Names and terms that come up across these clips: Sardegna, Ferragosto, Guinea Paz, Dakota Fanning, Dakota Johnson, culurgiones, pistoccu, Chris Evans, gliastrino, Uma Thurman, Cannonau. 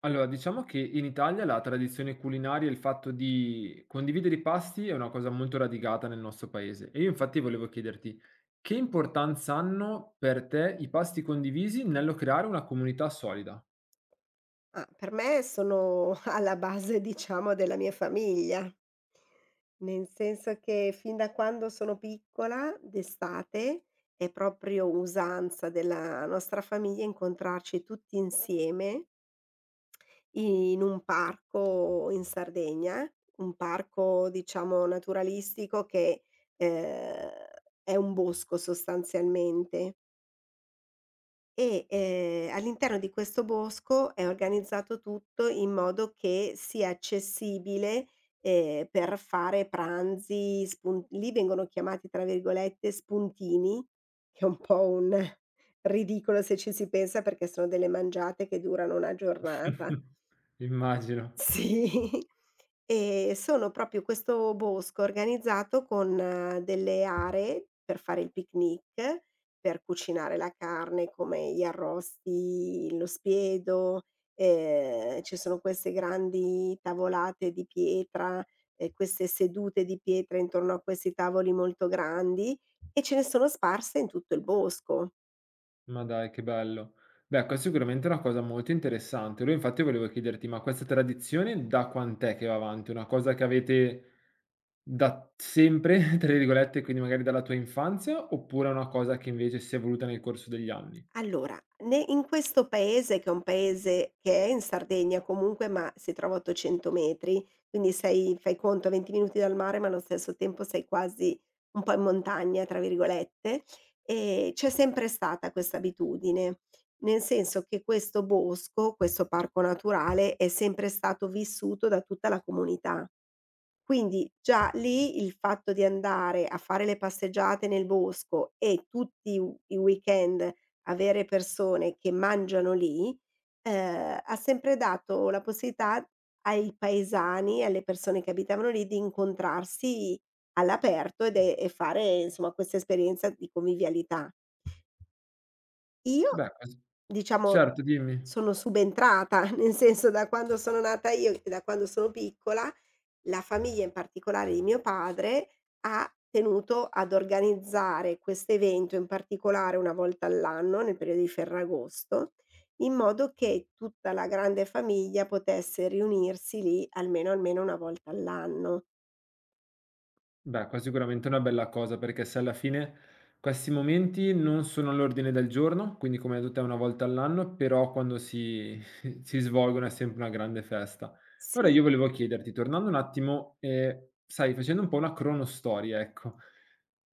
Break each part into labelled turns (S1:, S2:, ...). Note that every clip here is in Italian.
S1: Allora, diciamo che in Italia la tradizione culinaria e il fatto di condividere i pasti è una cosa molto radicata nel nostro paese. E io infatti volevo chiederti che importanza hanno per te i pasti condivisi nello creare una comunità solida?
S2: Ah, per me sono alla base, diciamo, della mia famiglia. Nel senso che fin da quando sono piccola, d'estate, è proprio usanza della nostra famiglia incontrarci tutti insieme in un parco in Sardegna, un parco diciamo naturalistico che, ehm, è un bosco sostanzialmente. E, all'interno di questo bosco è organizzato tutto in modo che sia accessibile, per fare pranzi, spun lì vengono chiamati tra virgolette "spuntini", che è un po' un ridicolo se ci si pensa perché sono delle mangiate che durano una giornata.
S1: Immagino.
S2: Sì, e sono proprio questo bosco organizzato con delle aree per fare il picnic, per cucinare la carne come gli arrosti, lo spiedo, ci sono queste grandi tavolate di pietra e queste sedute di pietra intorno a questi tavoli molto grandi e ce ne sono sparse in tutto il bosco.
S1: Ma dai, che bello. Beh, questa è sicuramente una cosa molto interessante. Allora infatti volevo chiederti, ma questa tradizione da quant'è che va avanti? Una cosa che avete da sempre, tra virgolette, quindi magari dalla tua infanzia, oppure è una cosa che invece si è evoluta nel corso degli anni?
S2: Allora, ne in questo paese, che è un paese che è in Sardegna comunque, ma si trova a 800 metri, quindi sei fai conto 20 minuti dal mare, ma allo stesso tempo sei quasi un po' in "montagna" tra virgolette, c'è sempre stata questa abitudine, nel senso che questo bosco, questo parco naturale, è sempre stato vissuto da tutta la comunità. Quindi già lì il fatto di andare a fare le passeggiate nel bosco e tutti u i weekend avere persone che mangiano lì, ha sempre dato la possibilità ai paesani, alle persone che abitavano lì, di incontrarsi all'aperto ed e fare insomma questa esperienza di convivialità. Io,
S1: Beh, ques
S2: diciamo,
S1: certo, dimmi.
S2: sono subentrata, nel senso da quando sono nata io e da quando sono piccola la famiglia, in particolare di mio padre, ha tenuto ad organizzare quest'evento, in particolare una volta all'anno, nel periodo di Ferragosto, in modo che tutta la grande famiglia potesse riunirsi lì almeno una volta all'anno.
S1: Beh, qua sicuramente è una bella cosa, perché se alla fine questi momenti non sono all'ordine del giorno, quindi come hai detto te una volta all'anno, però quando si, si svolgono è sempre una grande festa. Allora
S2: Sì.
S1: io volevo chiederti, tornando un attimo, sai, facendo un po' una cronostoria, ecco,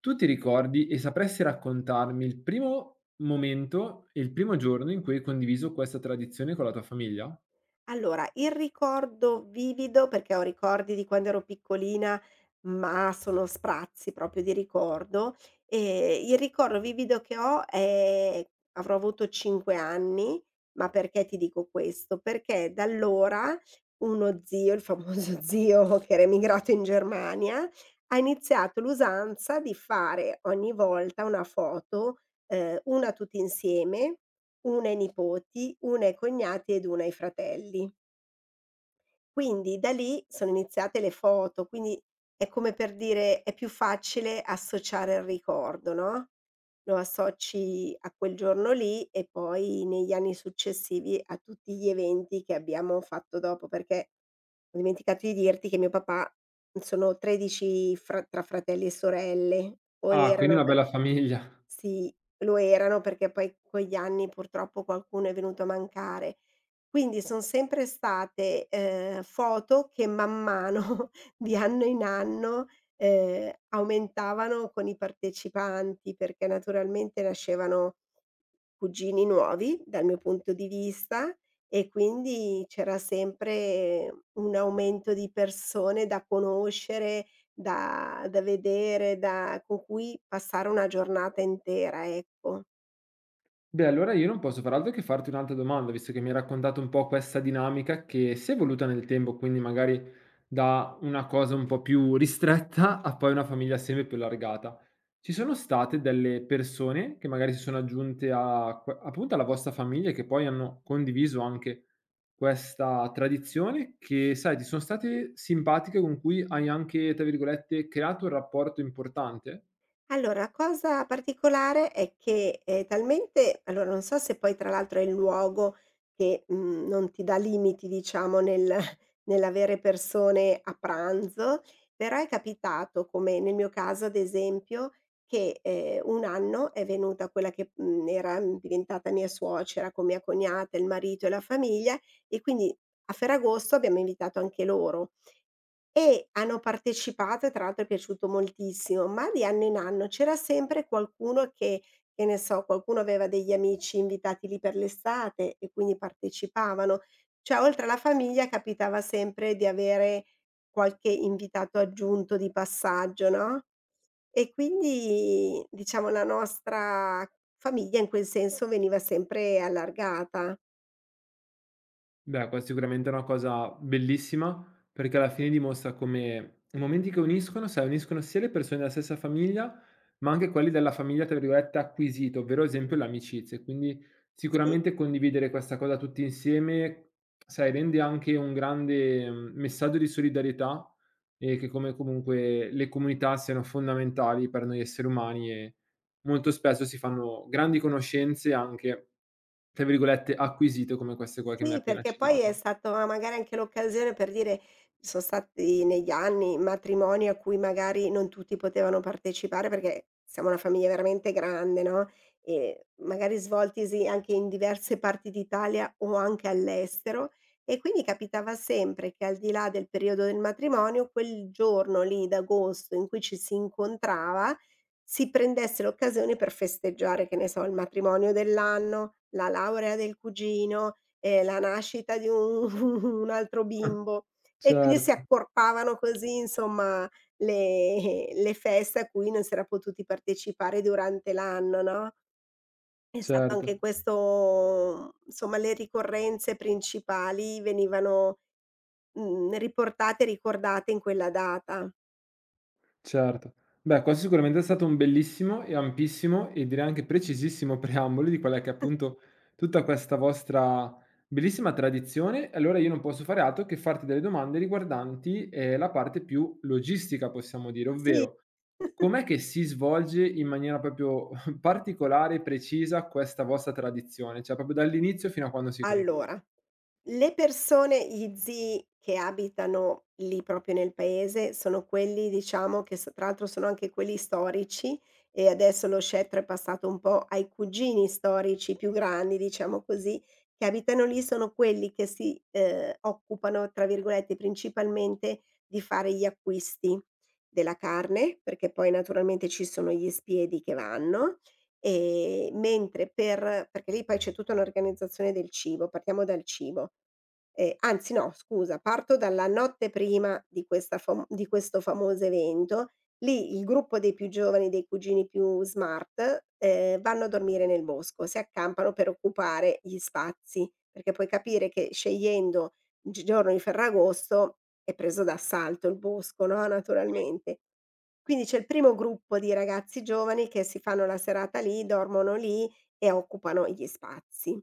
S1: tu ti ricordi e sapresti raccontarmi il primo momento e il primo giorno in cui hai condiviso questa tradizione con la tua famiglia?
S2: Allora, il ricordo vivido, perché ho ricordi di quando ero piccolina, ma sono sprazzi proprio di ricordo, il ricordo vivido che ho è avrò avuto 5 anni, ma perché ti dico questo? Perché da allora uno zio, il famoso zio che era emigrato in Germania, ha iniziato l'usanza di fare ogni volta una foto, una tutti insieme, una ai nipoti, una ai cognati ed una ai fratelli. Quindi da lì sono iniziate le foto, quindi è come per dire è più facile associare il ricordo, no, lo associ a quel giorno lì e poi negli anni successivi a tutti gli eventi che abbiamo fatto dopo, perché ho dimenticato di dirti che mio papà sono 13 fra tra fratelli e sorelle, o
S1: Ah, quindi
S2: erano
S1: una
S2: per
S1: bella famiglia.
S2: sì, lo erano perché poi con gli anni purtroppo qualcuno è venuto a mancare. Quindi son sempre state, foto che man mano, di anno in anno, aumentavano con i partecipanti, perché naturalmente nascevano cugini nuovi dal mio punto di vista e quindi c'era sempre un aumento di persone da conoscere, da vedere, da con cui passare una giornata intera, ecco.
S1: Beh, allora io non posso far altro che farti un'altra domanda, visto che mi hai raccontato un po' questa dinamica che si è evoluta nel tempo, quindi magari da una cosa un po' più ristretta a poi una famiglia sempre più allargata. Ci sono state delle persone che magari si sono aggiunte a, appunto alla vostra famiglia e che poi hanno condiviso anche questa tradizione che, sai, ti sono state simpatiche con cui hai anche, tra virgolette, creato un rapporto importante?
S2: Allora, la cosa particolare è che è talmente allora non so se poi tra l'altro è il luogo che, non ti dà limiti diciamo nel nell'avere persone a pranzo, però è capitato, come nel mio caso ad esempio, che, un anno è venuta quella che, era diventata mia suocera con mia cognata, il marito e la famiglia e quindi a Ferragosto abbiamo invitato anche loro. E hanno partecipato e tra l'altro è piaciuto moltissimo, ma di anno in anno c'era sempre qualcuno che ne so, qualcuno aveva degli amici invitati lì per l'estate e quindi partecipavano. Cioè oltre alla famiglia capitava sempre di avere qualche invitato aggiunto di passaggio, no, e quindi diciamo la nostra famiglia in quel senso veniva sempre allargata.
S1: Beh, qua sicuramente è una cosa bellissima, perché alla fine dimostra come i momenti che uniscono, sai, uniscono sia le persone della stessa famiglia, ma anche quelli della famiglia, tra virgolette, "acquisita", ovvero esempio l'amicizia. E quindi
S2: Sì.
S1: sicuramente condividere questa cosa tutti insieme, sai, rende anche un grande, mhmm, messaggio di solidarietà e che come comunque le comunità siano fondamentali per noi esseri umani e molto spesso si fanno grandi conoscenze anche tra virgolette, "acquisito" come queste qua che mi hai
S2: Sì,
S1: appena
S2: perché poi è
S1: citato.
S2: stato a magari anche l'occasione per dire son stati negli anni matrimoni a cui magari non tutti potevano partecipare, perché siamo una famiglia veramente grande, no, ehm, magari svoltisi anche in diverse parti d'Italia o anche all'estero, e quindi capitava sempre che al di là del periodo del matrimonio, quel giorno lì d'agosto in cui ci si incontrava, si prendesse l'occasione per festeggiare, che ne so, il matrimonio dell'anno, la laurea del cugino, la nascita di un un altro bimbo e quindi si
S1: Certo,
S2: accorpavano così insomma le feste a cui non si era potuti partecipare durante l'anno, no, è stato
S1: certo,
S2: anche questo insomma le ricorrenze principali venivano, riportate e ricordate in quella data.
S1: certo. Beh, questo sicuramente è stato un bellissimo e ampissimo e direi anche precisissimo preambolo di quella che è appunto tutta questa vostra bellissima tradizione. E allora io non posso fare altro che farti delle domande riguardanti, la parte più logistica, possiamo dire,
S2: Sì.
S1: ovvero: com'è che si svolge in maniera proprio particolare e precisa questa vostra tradizione? Cioè proprio dall'inizio fino a quando si conclude.
S2: Allora, le persone gli zii che abitano lì proprio nel paese, sono quelli diciamo che s tra l'altro sono anche quelli storici e adesso lo scettro è passato un po' ai cugini storici più grandi, diciamo così, che abitano lì, sono quelli che si, occupano tra virgolette principalmente di fare gli acquisti della carne, perché poi naturalmente ci sono gli spiedi che vanno. Mentre perché lì poi c'è tutta un'organizzazione del cibo, partiamo dal cibo. Anzi no, scusa, parto dalla notte prima di questa fam di questo famoso evento, lì il gruppo dei più giovani, dei cugini più smart, vanno a dormire nel bosco, si accampano per occupare gli spazi, perché puoi capire che scegliendo gi giorno di Ferragosto è preso d'assalto il bosco, no, naturalmente. Quindi c'è il primo gruppo di ragazzi giovani che si fanno la serata lì, dormono lì e occupano gli spazi.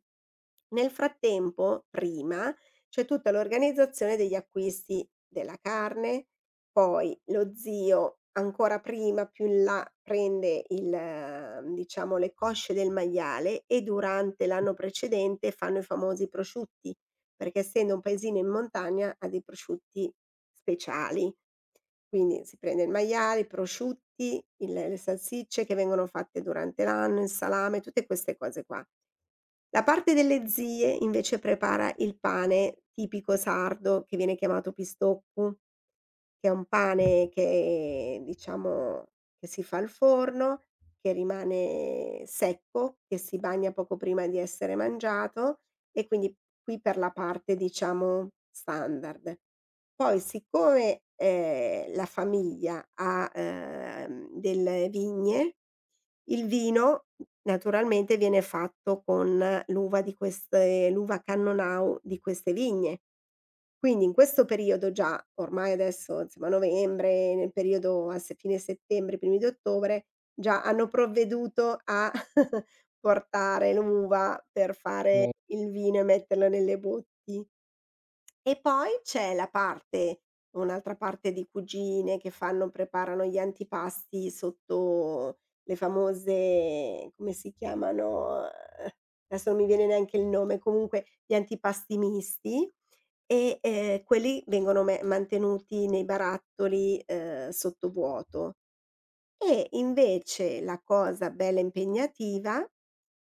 S2: Nel frattempo, prima, c'è tutta l'organizzazione degli acquisti della carne, poi lo zio ancora prima, più in là, prende il diciamo, le cosce del maiale e durante l'anno precedente fanno i famosi prosciutti. Perché essendo un paesino in montagna ha dei prosciutti speciali. Quindi si prende il maiale, i prosciutti, il le salsicce che vengono fatte durante l'anno, il salame, tutte queste cose qua. La parte delle zie invece prepara il pane tipico sardo che viene chiamato pistoccu. Che è un pane che diciamo che si fa al forno, che rimane secco, che si bagna poco prima di essere mangiato e quindi qui per la parte diciamo standard. Poi siccome, la famiglia ha, delle vigne, il vino naturalmente viene fatto con l'uva di queste l'uva Cannonau di queste vigne. Quindi in questo periodo già, ormai adesso insomma novembre, nel periodo a se fine settembre, primi di ottobre, già hanno provveduto a portare l'uva per fare il vino e metterlo nelle botti. E poi c'è la parte un'altra parte di cugine che fanno preparano gli antipasti sotto le famose come si chiamano? Adesso non mi viene neanche il nome, comunque gli antipasti misti e, quelli vengono me mantenuti nei barattoli, sottovuoto. E invece la cosa bella impegnativa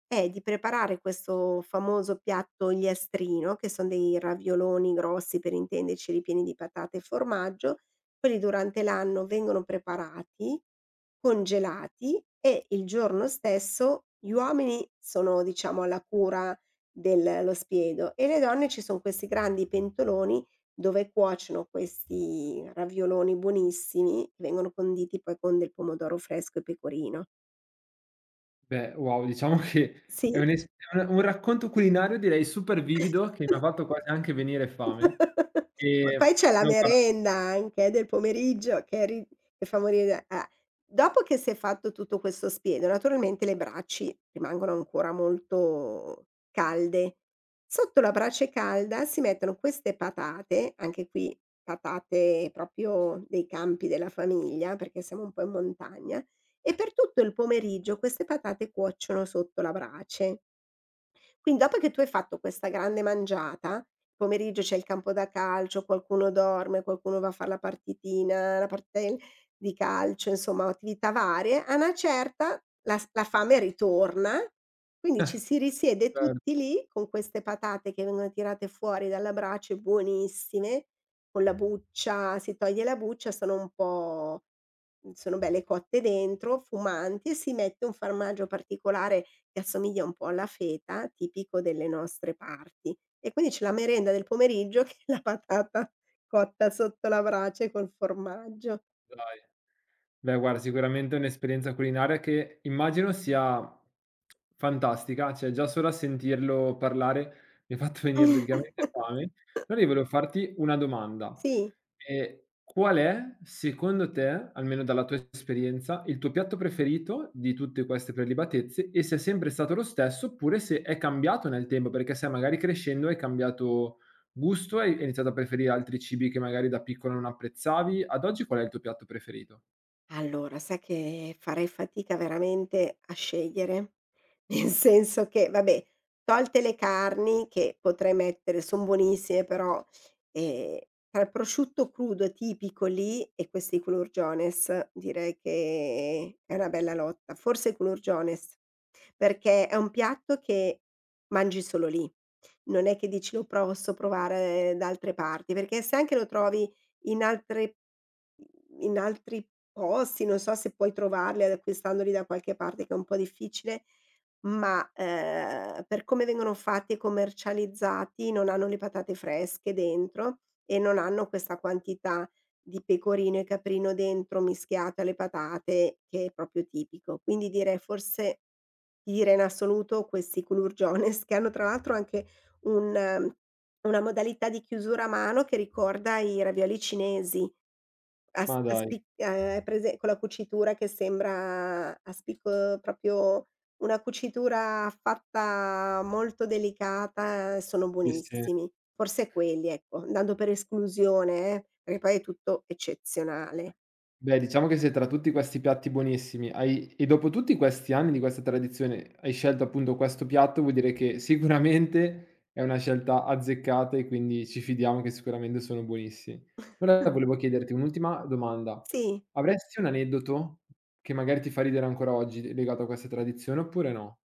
S2: è di preparare questo famoso piatto gliastrino, che son dei ravioloni grossi per intenderci, ripieni di patate e formaggio. Quelli durante l'anno vengono preparati, congelati e il giorno stesso gli uomini sono diciamo alla cura dello spiedo e le donne ci son questi grandi pentoloni dove cuociono questi ravioloni buonissimi, vengono conditi poi con del pomodoro fresco e pecorino.
S1: Beh, wow, diciamo che
S2: Sì.
S1: è un racconto culinario direi super vivido che mi ha fatto quasi anche venire fame.
S2: Ma
S1: Ehm,
S2: poi c'è la
S1: no guarda
S2: merenda anche del pomeriggio che fa morire. Dopo che si è fatto tutto questo spiedo, naturalmente le braci rimangono ancora molto calde. Sotto la brace calda si mettono queste patate, anche qui patate proprio dei campi della famiglia, perché siamo un po' in montagna, e per tutto il pomeriggio queste patate cuociono sotto la brace. Quindi dopo che tu hai fatto questa grande mangiata, pomeriggio c'è il campo da calcio, qualcuno dorme, qualcuno va a far la partitina, la partita di calcio, insomma attività varie, a una certa la fame ritorna, quindi ci si risiede
S1: eh,
S2: tutti lì con queste patate che vengono tirate fuori dalla brace buonissime, con la buccia, si toglie la buccia, sono un po' mhmm, sono belle cotte dentro, fumanti e si mette un formaggio particolare che assomiglia un po' alla feta, tipico delle nostre parti. E quindi c'è la merenda del pomeriggio che è la patata cotta sotto la brace col formaggio.
S1: dai. Beh, guarda, sicuramente è un'esperienza culinaria che immagino sia fantastica, cioè già solo a sentirlo parlare mi ha fatto venire praticamente fame. Allora io volevo farti una domanda.
S2: Sì.
S1: Qual è, secondo te, almeno dalla tua esperienza, il tuo piatto preferito di tutte queste prelibatezze e se è sempre stato lo stesso oppure se è cambiato nel tempo? Perché sai magari crescendo hai cambiato gusto, hai iniziato a preferire altri cibi che magari da piccolo non apprezzavi. Ad oggi qual è il tuo piatto preferito?
S2: Allora, sai che farei fatica veramente a scegliere. Nel senso che, vabbè, tolte le carni che potrei mettere, son buonissime però, ehm, tra il prosciutto crudo tipico lì e questi culurgiones direi che è una bella lotta. Forse i culurgiones, perché è un piatto che mangi solo lì. Non è che dici: "Lo posso provare da altre parti", perché se anche lo trovi in altre in altri posti, non so se puoi trovarli acquistandoli da qualche parte che è un po' difficile ma, per come vengono fatti e commercializzati non hanno le patate fresche dentro e non hanno questa quantità di pecorino e caprino dentro mischiato alle patate che è proprio tipico. Quindi direi forse ti direi in assoluto questi culurgiones che hanno tra l'altro anche un una modalità di chiusura a mano che ricorda i ravioli cinesi. A s
S1: Ma
S2: a
S1: dai,
S2: spic hai prese quella cucitura che sembra a spicco proprio una cucitura fatta molto delicata, sono
S1: sì, sì.
S2: buonissimi. Forse quelli, ecco, dando per esclusione perché poi è tutto eccezionale.
S1: Beh, diciamo che se tra tutti questi piatti buonissimi hai e dopo tutti questi anni di questa tradizione, hai scelto appunto questo piatto, vuol dire che sicuramente è una scelta azzeccata e quindi ci fidiamo che sicuramente sono buonissimi. Allora volevo chiederti un'ultima domanda:
S2: Sì.
S1: avresti un aneddoto che magari ti fa ridere ancora oggi, legato a questa tradizione oppure no?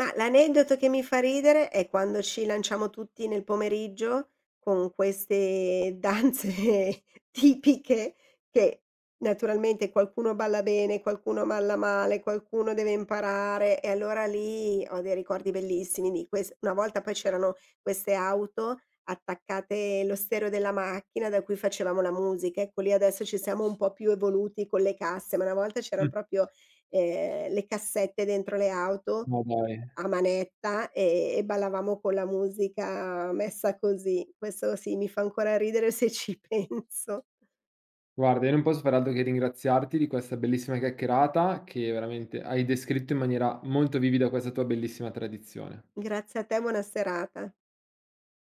S2: Ma l'aneddoto che mi fa ridere è quando ci lanciamo tutti nel pomeriggio con queste danze tipiche che naturalmente qualcuno balla bene, qualcuno balla male, qualcuno deve imparare e allora lì ho dei ricordi bellissimi di ques una volta poi c'erano queste auto attaccate lo stereo della macchina da cui facevamo la musica. Ecco lì adesso ci siamo un po' più evoluti con le casse, ma una volta
S1: Mh.
S2: c'eran proprio, le cassette dentro le auto
S1: Ma dai.
S2: a manetta, e ballavamo con la musica messa così. Questo sì, mi fa ancora ridere se ci penso.
S1: Guarda, io non posso fare altro che ringraziarti di questa bellissima chiacchierata che veramente hai descritto in maniera molto vivida questa tua bellissima tradizione.
S2: Grazie a te, buona serata.